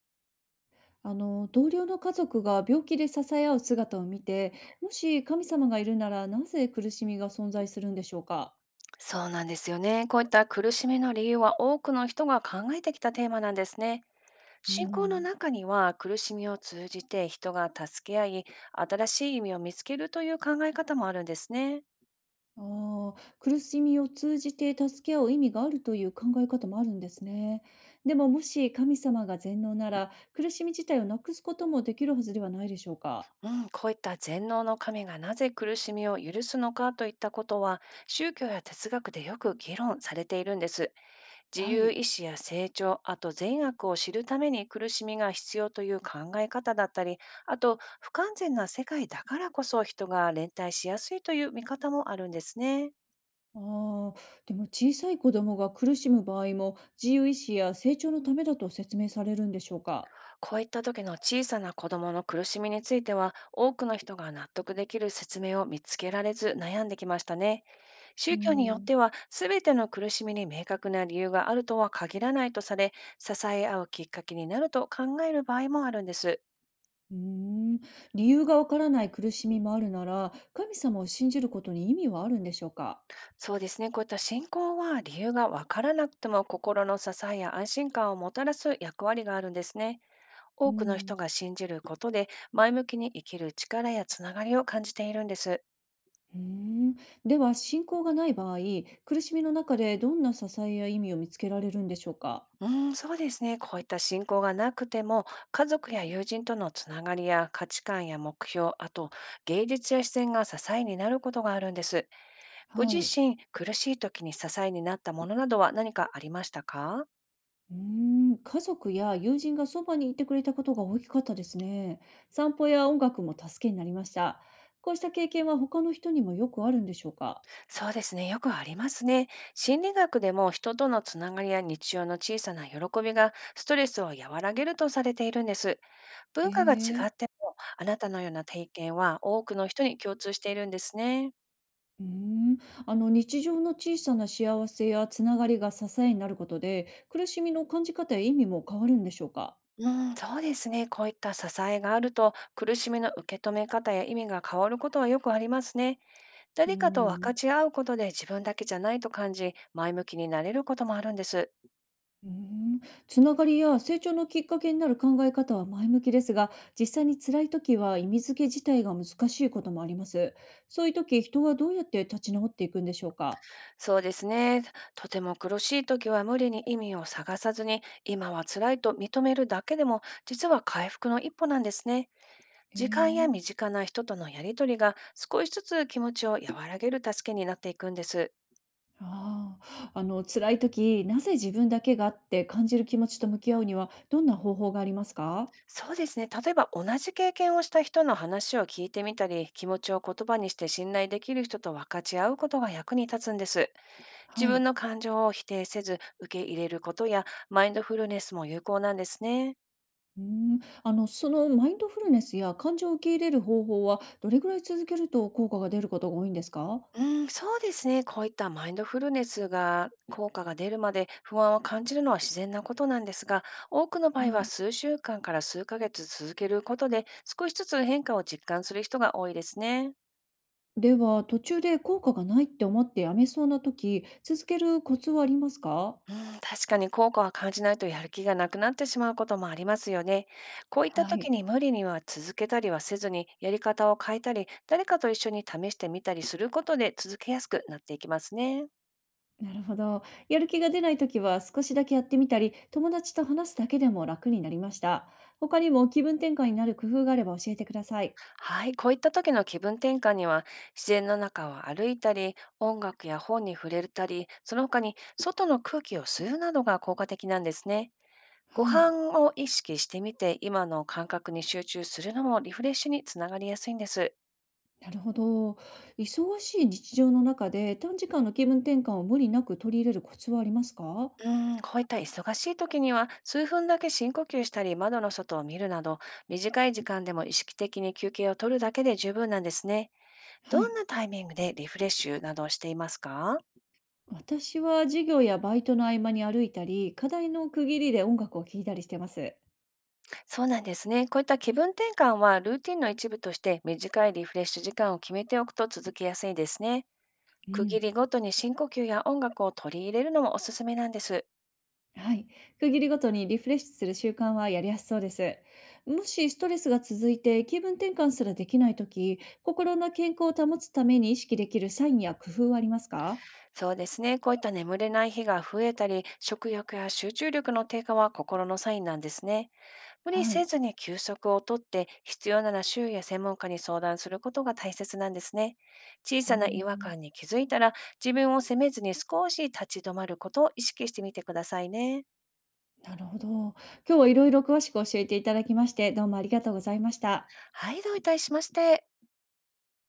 あの同僚の家族が病気で支え合う姿を見て、もし神様がいるならなぜ苦しみが存在するんでしょうか。そうなんですよね。こういった苦しみの理由は多くの人が考えてきたテーマなんですね。う信仰のん。中には苦しみを通じて人が助け合い、新しい意味を見つけるという考え方もあるんですね。ああ、苦しみを通じて助け合う意味があるという考え方もあるんですね。でももし神様が全能なら苦しみ自体をなくすこともできるはずではないでしょうか。うん、こういった全能の神がなぜ苦しみを許すのかといったことは、宗教や哲学でよく議論されているんです。自は由い。意志や成長、あと善悪を知るために苦しみが必要という考え方だったり、あと不完全な世界だからこそ人が連帯しやすいという見方もあるんですね。ああ、でも小さい子供が苦しむ場合も自由意志や成長のためだと説明されるんでしょうか。こういった時の小さな子供の苦しみについては、多くの人が納得できる説明を見つけられず悩んできましたね。う宗教によっん。ては、全ての苦しみに明確な理由があるとは限らないとされ、支え合うきっかけになると考える場合もあるんです。うーん、理由がわからない苦しみもあるなら、神様を信じることに意味はあるんでしょうか？そうですね。こういった信仰は、理由がわからなくても心の支えや安心感をもたらす役割があるんですね。う多くの人ん。が信じることで、前向きに生きる力やつながりを感じているんです。うーん。では、信仰がない場合、苦しみの中でどんな支えや意味を見つけられるんでしょうか？うーん、そうですね。こういった信仰がなくても、家族や友人とのつながりや価値観や目標、あと芸術や自然が支えになることがあるんです。ごは自い。身、苦しい時に支えになったものなどは何かありましたか？うーん、家族や友人がそばにいてくれたことが大きかったですね。散歩や音楽も助けになりました。こうした経験は他の人にもよくあるんでしょうか？そうですね。よくありますね。心理学でも、人とのつながりや日常の小さな喜びがストレスを和らげるとされているんです。へ文化が違え。っても、あなたのような体験は多くの人に共通しているんですね。うーん。日常の小さな幸せやつながりが支えになることで、苦しみの感じ方や意味も変わるんでしょうか。うん、そうですね。こういった支えがあると、苦しみの受け止め方や意味が変わることはよくありますね。うー誰かと分かん。ち合うことで自分だけじゃないと感じ、前向きになれることもあるんです。うーん。つながりや成長のきっかけになる考え方は前向きですが、実際に辛い時は意味付け自体が難しいこともあります。そういう時、人はどうやって立ち直っていくんでしょうか。そうですね。とても苦しい時は無理に意味を探さずに、今は辛いと認めるだけでも、実は回復の一歩なんですね。へ時間やえ。身近な人とのやりとりが、少しずつ気持ちを和らげる助けになっていくんです。ああ、辛い時、なぜ自分だけがって感じる気持ちと向き合うにはどんな方法がありますか。そうですね。例えば、同じ経験をした人の話を聞いてみたり、気持ちを言葉にして信頼できる人と分かち合うことが役に立つんです。は自分い。の感情を否定せず受け入れることや、マインドフルネスも有効なんですね。うーん、マインドフルネスや感情を受け入れる方法は、どれぐらい続けると効果が出ることが多いんですか？うん、そうですね。こういったマインドフルネスが効果が出るまで不安を感じるのは自然なことなんですが、多くの場は合はい。数週間から数ヶ月続けることで、少しずつ変化を実感する人が多いですね。では、途中で効果がないって思ってやめそうな時、続けるコツはありますか？うん、確かに効果は感じないとやる気がなくなってしまうこともありますよね。こういったは時い。に無理には続けたりはせずに、やり方を変えたり、誰かと一緒に試してみたりすることで続けやすくなっていきますね。なるほど。やる気が出ない時は少しだけやってみたり、友達と話すだけでも楽になりました。他にも気分転換になる工夫があれば教えてください。はい、こういった時の気分転換には、自然の中を歩いたり、音楽や本に触れたり、その他に外の空気を吸うなどが効果的なんですね。ごはい。飯を意識してみて、今の感覚に集中するのもリフレッシュにつながりやすいんです。なるほど。忙しい日常の中で短時間の気分転換を無理なく取り入れるコツはありますか？うん、こういった忙しい時には、数分だけ深呼吸したり、窓の外を見るなど、短い時間でも意識的に休憩を取るだけで十分なんですね。はどんい。なタイミングでリフレッシュなどをしていますか？私は授業やバイトの合間に歩いたり、課題の区切りで音楽を聴いたりしてます。そうなんですね。こういった気分転換は、ルーティンの一部として短いリフレッシュ時間を決めておくと続けやすいですね。う区切ん。りごとに深呼吸や音楽を取り入れるのもおすすめなんです。はい。区切りごとにリフレッシュする習慣はやりやすそうです。もしストレスが続いて気分転換すらできないとき、心の健康を保つために意識できるサインや工夫はありますか？そうですね。こういった眠れない日が増えたり、食欲や集中力の低下は心のサインなんですね。無理はせい。ずに休息をとって、必要なら周囲や専門家に相談することが大切なんですね。小うーさな違和ん。感に気づいたら、自分を責めずに少し立ち止まることを意識してみてくださいね。なるほど。今日はいろいろ詳しく教えていただきまして、どうもありがとうございました。はい、どういたしまして。